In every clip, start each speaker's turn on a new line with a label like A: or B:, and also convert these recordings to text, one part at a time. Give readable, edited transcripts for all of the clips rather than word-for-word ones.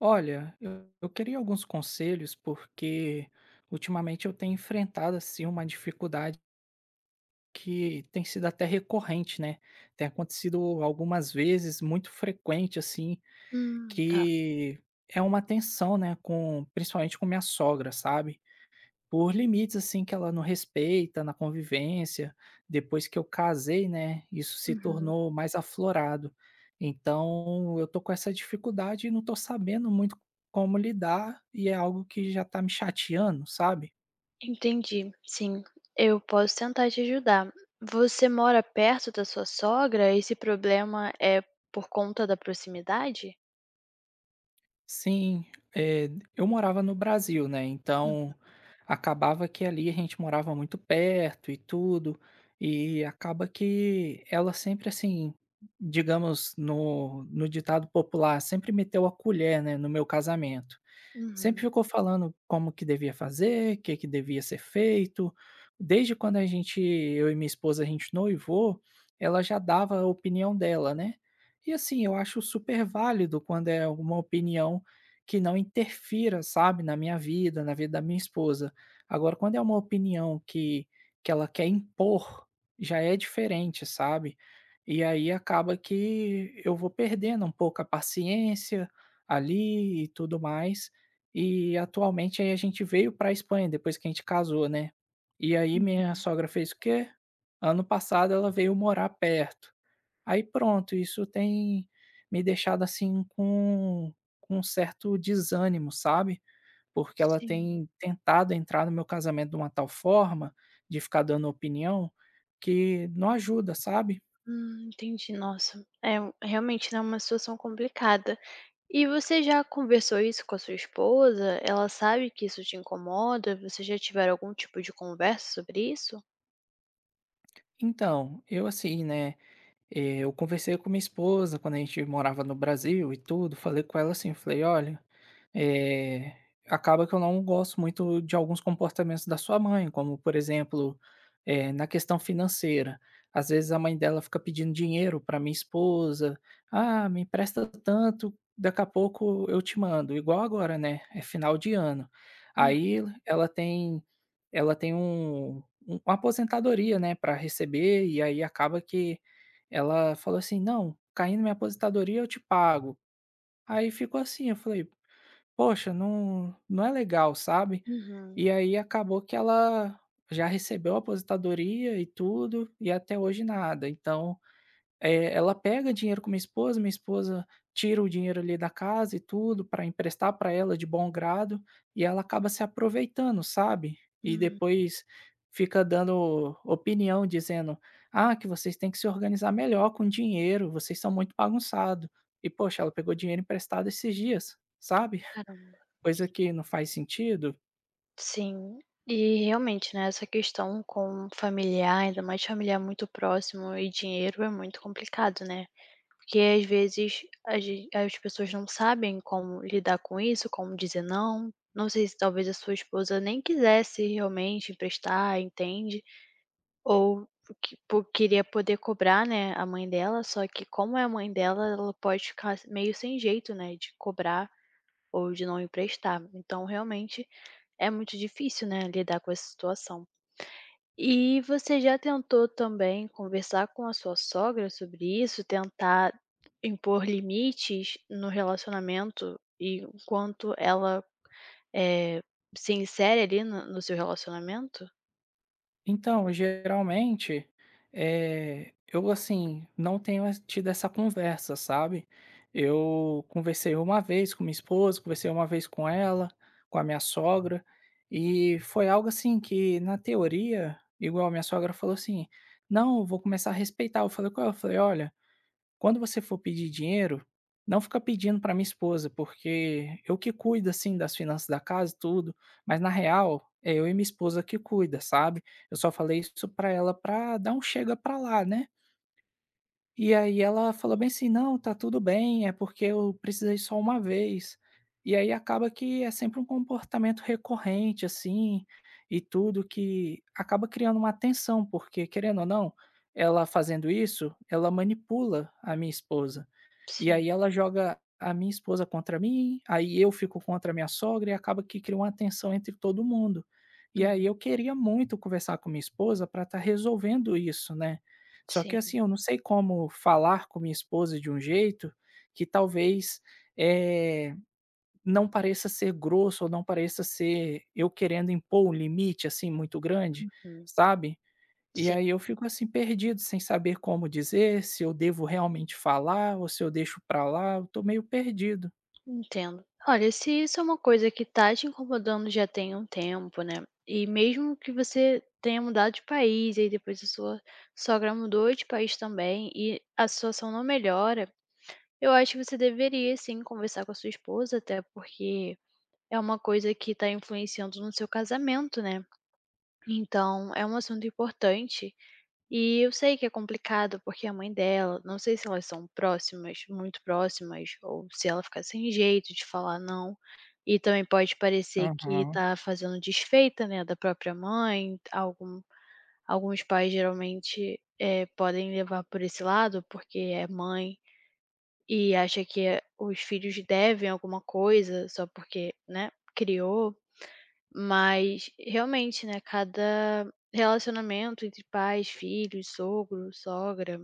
A: Olha, eu queria alguns conselhos, porque ultimamente eu tenho enfrentado assim uma dificuldade que tem sido até recorrente, né? Tem acontecido algumas vezes, muito frequente assim,
B: Tá.
A: que é uma tensão, né, com principalmente com minha sogra, sabe? Por limites, assim, que ela não respeita na convivência. Depois que eu casei, né, isso se
B: Uhum.
A: tornou mais aflorado. Então, eu tô com essa dificuldade e não tô sabendo muito como lidar, e é algo que já tá me chateando, sabe?
B: Entendi. Sim, eu posso tentar te ajudar. Você mora perto da sua sogra? Esse problema é por conta da proximidade?
A: Sim, eh, eu morava no Brasil, né,
B: Hum.
A: então acabava que ali a gente morava muito perto e tudo, e acaba que ela sempre, assim, digamos, no ditado popular, sempre meteu a colher, né, no meu casamento. Sempre
B: Uhum.
A: ficou falando como que devia fazer, o que que devia ser feito. Desde quando a gente eu e minha esposa, a gente noivou, ela já dava a opinião dela, né. E assim, eu acho super válido quando é alguma opinião que não interfira, sabe, na minha vida, na vida da minha esposa. Agora quando é uma opinião que ela quer impor, já é diferente, sabe. E aí acaba que eu vou perdendo um pouco a paciência ali e tudo mais. E atualmente aí a gente veio pra Espanha depois que a gente casou, né. E aí minha
B: Uhum.
A: sogra fez o quê? Ano passado ela veio morar perto. Aí pronto, isso tem me deixado, assim, com um certo desânimo, sabe. Porque ela
B: Sim.
A: tem tentado entrar no meu casamento de uma tal forma, de ficar dando opinião, que não ajuda, sabe.
B: Entendi. Nossa, realmente, né, uma situação complicada. E você já conversou isso com a sua esposa? Ela sabe que isso te incomoda? Você já tiveram algum tipo de conversa sobre isso?
A: Então, eu assim, né, eu conversei com minha esposa quando a gente morava no Brasil e tudo, falei com ela assim, falei: "Olha, Eh, acaba que eu não gosto muito de alguns comportamentos da sua mãe, como, por exemplo, na questão financeira. Às vezes a mãe dela fica pedindo dinheiro para minha esposa. Ah, me empresta tanto, daqui a pouco eu te mando", igual agora, né, é final de ano.
B: Hum.
A: Aí ela tem um uma aposentadoria, né, para receber e aí acaba que ela falou assim: "Não, caindo minha aposentadoria eu te pago". Aí ficou assim, eu falei: Poxa, não é legal, sabe.
B: Uhum.
A: E aí acabou que ela já recebeu a aposentadoria e tudo, e até hoje nada. Então, ela pega dinheiro com minha esposa tira o dinheiro ali da casa e tudo para emprestar para ela de bom grado, e ela acaba se aproveitando, sabe. E
B: Hum,
A: depois fica dando opinião dizendo: "Ah, que vocês têm que se organizar melhor com dinheiro, vocês são muito bagunçado". E poxa, ela pegou dinheiro emprestado esses dias, sabe.
B: caramba.
A: Coisa que não faz sentido.
B: Sim, e realmente, né, essa questão com familiar, ainda mais familiar muito próximo e dinheiro é muito complicado, né. Porque às vezes a gen as pessoas não sabem como lidar com isso, como dizer não. Não sei se talvez a sua esposa nem quisesse realmente emprestar, entende, ou queria poder cobrar, né, a mãe dela, só que como é a mãe dela, ela pode ficar meio sem jeito, né, de cobrar ou de não emprestar. Então realmente é muito difícil, né, lidar com essa situação. E você já tentou também conversar com a sua sogra sobre isso, tentar impor limites no relacionamento e o quanto ela, eh, se insere ali no seu relacionamento?
A: Então, geralmente, eu, assim, não tenho es tido essa conversa, sabe. Eu conversei uma vez com minha esposa, conversei uma vez com ela, com a minha sogra, e foi algo, assim, que na teoria igual a minha sogra falou assim: "Não, eu vou começar a respeitar", eu falei com ela, eu falei: "Olha, quando você for pedir dinheiro, não fica pedindo para minha esposa, porque eu que cuido, assim, das finanças da casa e tudo, mas na real, é eu e minha esposa que cuida, sabe. Eu só falei isso para ela para dar um chega para lá, né. E aí ela falou
B: Hum,
A: bem assim: "Não, tá tudo bem, é porque eu precisei só uma vez". E aí acaba que é sempre um comportamento recorrente, assim, e tudo que acaba criando uma tensão, porque querendo ou não, ela fazendo isso, ela manipula a minha esposa. E
B: sim.
A: aí ela joga a minha esposa contra mim, aí eu fico contra a minha sogra e acaba que cria uma tensão entre todo mundo. E
B: Uhum.
A: aí eu queria muito conversar com minha esposa para estar resolvendo isso, né. Só
B: Sim,
A: que assim, eu não sei como falar com minha esposa de um jeito que talvez, eh, não pareça ser grosso ou não pareça ser eu querendo impor um limite, assim, muito grande,
B: uhum.
A: sabe? E
B: Sim.
A: aí eu fico assim perdido, sem saber como dizer, se eu devo realmente falar ou se eu deixo pra lá, eu tô meio perdido.
B: Entendo. Olha, se isso é uma coisa que tá te incomodando já tem um tempo, né? E mesmo que você tenha mudado de país, e aí depois a sua sogra mudou de país também, e a situação não melhora, eu acho que você deveria sim conversar com a sua esposa, até porque é uma coisa que tá influenciando no seu casamento, né? Então, é um assunto importante, e eu sei que é complicado, porque a mãe dela, não sei se elas são próximas, muito próximas, ou se ela fica sem jeito de falar não, e também pode parecer que
A: Aham,
B: tá fazendo desfeita, né, da própria mãe. Algum Alguns pais geralmente, podem levar por esse lado, porque é mãe, e acha que os filhos devem alguma coisa só porque, né, criou. Mas realmente, né, cada relacionamento entre pais, filhos, sogro, sogra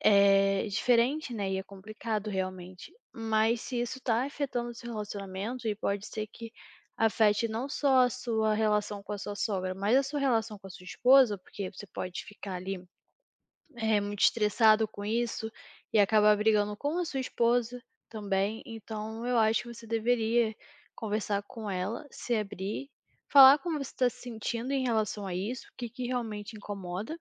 B: é diferente, né, e é complicado realmente. Mas se isso tá afetando o seu relacionamento, e pode ser que afete não só a sua relação com a sua sogra, mas a sua relação com a sua esposa, porque você pode ficar ali é muito estressado com isso e acaba brigando com a sua esposa também. Então, eu acho que você deveria conversar com ela, se abrir, falar como você está se sentindo em relação a isso, o que que realmente incomoda,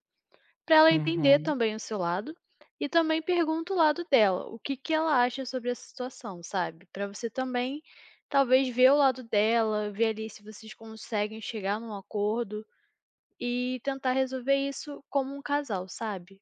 B: para ela entender
A: uhum.
B: também o seu lado, e também pergunta o lado dela, o que que ela acha sobre essa situação, sabe? Para você também talvez ver o lado dela, ver ali se vocês conseguem chegar num acordo e tentar resolver isso como um casal, sabe?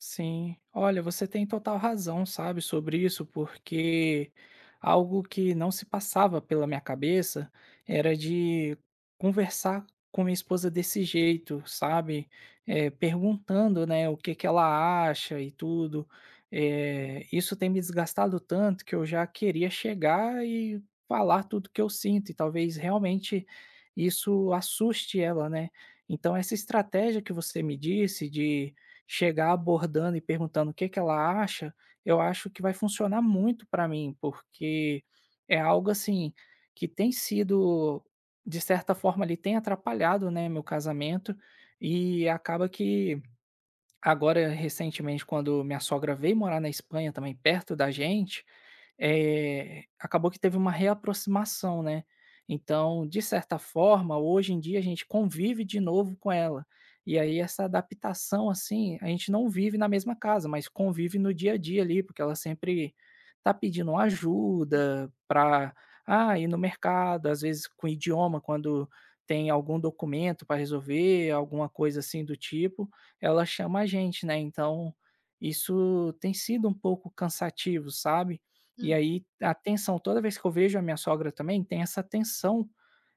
A: Sim, olha, você tem total razão, sabe, sobre isso, porque algo que não se passava pela minha cabeça era de conversar com minha esposa desse jeito, sabe? É, perguntando, né, o que que ela acha e tudo. É, isso tem me desgastado tanto que eu já queria chegar e falar tudo que eu sinto, e talvez realmente isso assuste ela, né? Então, essa estratégia que você me disse de chegar abordando e perguntando o que que ela acha, eu acho que vai funcionar muito para mim, porque é algo assim que tem sido, de certa forma, ali tem atrapalhado, né, meu casamento. E acaba que agora, recentemente, quando minha sogra veio morar na Espanha, também perto da gente, acabou que teve uma reaproximação, né. Então, de certa forma, hoje em dia a gente convive de novo com ela. E aí essa adaptação, assim, a gente não vive na mesma casa, mas convive no dia a dia ali, porque ela sempre tá pedindo ajuda para ah, ir no mercado, às vezes com idioma, quando tem algum documento para resolver, alguma coisa assim do tipo, ela chama a gente, né. Então, isso tem sido um pouco cansativo, sabe. E
B: Hum,
A: aí a tensão, toda vez que eu vejo a minha sogra também, tem essa tensão,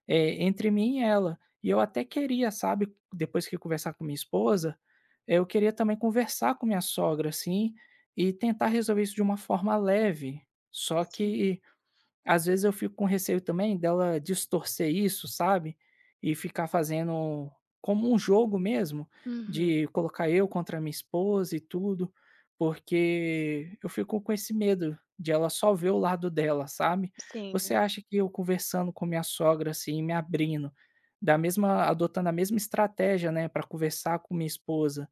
A: entre mim e ela. E eu até queria, sabe, depois que conversar com minha esposa, eu queria também conversar com minha sogra, assim, e tentar resolver isso de uma forma leve. Só
B: sim.
A: que às vezes eu fico com receio também dela distorcer isso, sabe, e ficar fazendo como um jogo mesmo,
B: Uhum,
A: de colocar eu contra minha esposa e tudo, porque eu fico com esse medo de ela só ver o lado dela, sabe. Você
B: sim.
A: acha que eu conversando com minha sogra, assim, me abrindo, da mesma adotando a mesma estratégia, né, para conversar com minha esposa,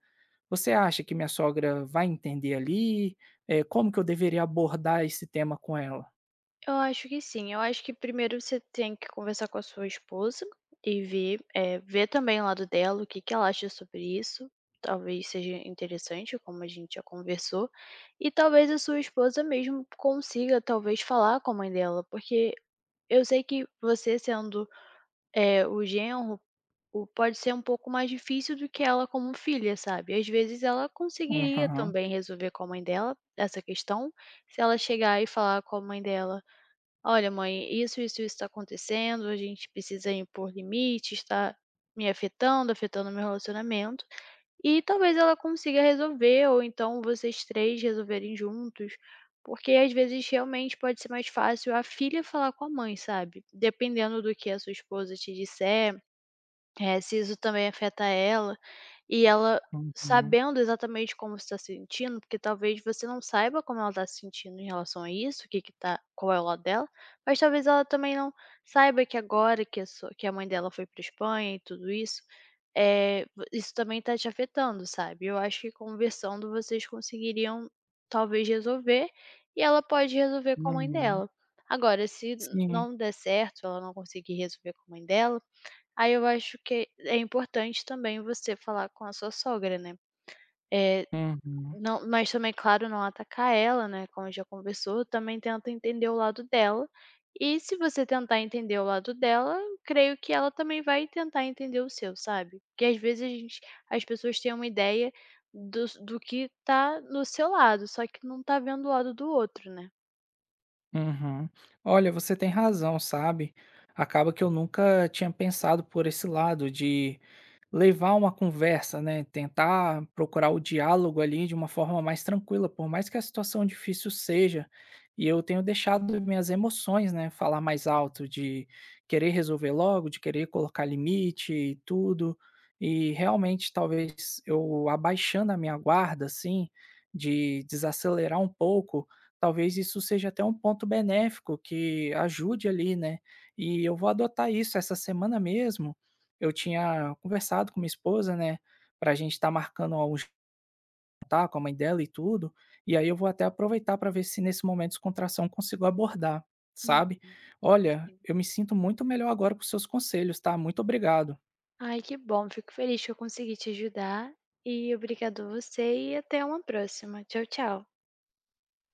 A: você acha que minha sogra vai entender ali? Eh, como que eu deveria abordar esse tema com ela?
B: Eu acho que sim. Eu acho que primeiro você tem que conversar com a sua esposa e ver, ver também o lado dela, o que que ela acha sobre isso. Talvez seja interessante, como a gente já conversou. E talvez a sua esposa mesmo consiga, talvez, falar com a mãe dela, porque eu sei que você sendo, o genro, O pode ser um pouco mais difícil do que ela como filha, sabe. Às vezes ela conseguiria
A: Aham.
B: também resolver com a mãe dela essa questão, se ela chegar e falar com a mãe dela: "Olha, mãe, isso tá acontecendo, a gente precisa impor limites, está me afetando, afetando meu relacionamento", e talvez ela consiga resolver, ou então vocês 3 resolverem juntos, porque às vezes realmente pode ser mais fácil a filha falar com a mãe, sabe. Dependendo do que a sua esposa te disser, é, se isso também afeta ela, e ela
A: Uhum,
B: sabendo exatamente como está se sentindo, porque talvez você não saiba como ela está se sentindo em relação a isso, o que que tá, qual é o lado dela, mas talvez ela também não saiba que agora que a sua que a mãe dela foi para Espanha e tudo isso, eh, vo isso também está te afetando, sabe. Eu acho que conversando vocês conseguiriam talvez resolver, e ela pode resolver com a mãe
A: uhum.
B: dela. Agora, se
A: Sim.
B: não der certo, ela não conseguir resolver com a mãe dela, aí eu acho que é importante também você falar com a sua sogra, né. Eh,
A: Uhum,
B: não, mas também, claro, não atacar ela, né, como já conversou, também tenta entender o lado dela. E se você tentar entender o lado dela, eu creio que ela também vai tentar entender o seu, sabe. Porque às vezes a gente as pessoas têm uma ideia dos do que tá no seu lado, só que não tá vendo o lado do outro, né.
A: uhum. Olha, você tem razão, sabe. Acaba que eu nunca tinha pensado por esse lado de levar uma conversa, né, tentar procurar o diálogo ali de uma forma mais tranquila, por mais que a situação difícil seja, e eu tenho deixado minhas emoções, né, falar mais alto, de querer resolver logo, de querer colocar limite e tudo, e realmente talvez eu abaixando a minha guarda, assim, de desacelerar um pouco, talvez isso seja até um ponto benéfico que ajude ali, né, e eu vou adotar isso essa semana mesmo, eu tinha conversado com minha esposa, né, pra gente estar marcando a um jantar com a mãe dela e tudo, e aí eu vou até aproveitar para ver se nesse momento de descontração eu consigo abordar,
B: Uhum,
A: sabe. Olha,
B: sim.
A: eu me sinto muito melhor agora com seus conselhos, tá, muito obrigado.
B: Ai, que bom. Fico feliz que eu consegui te ajudar. E obrigado a você, e até uma próxima. Tchau, tchau.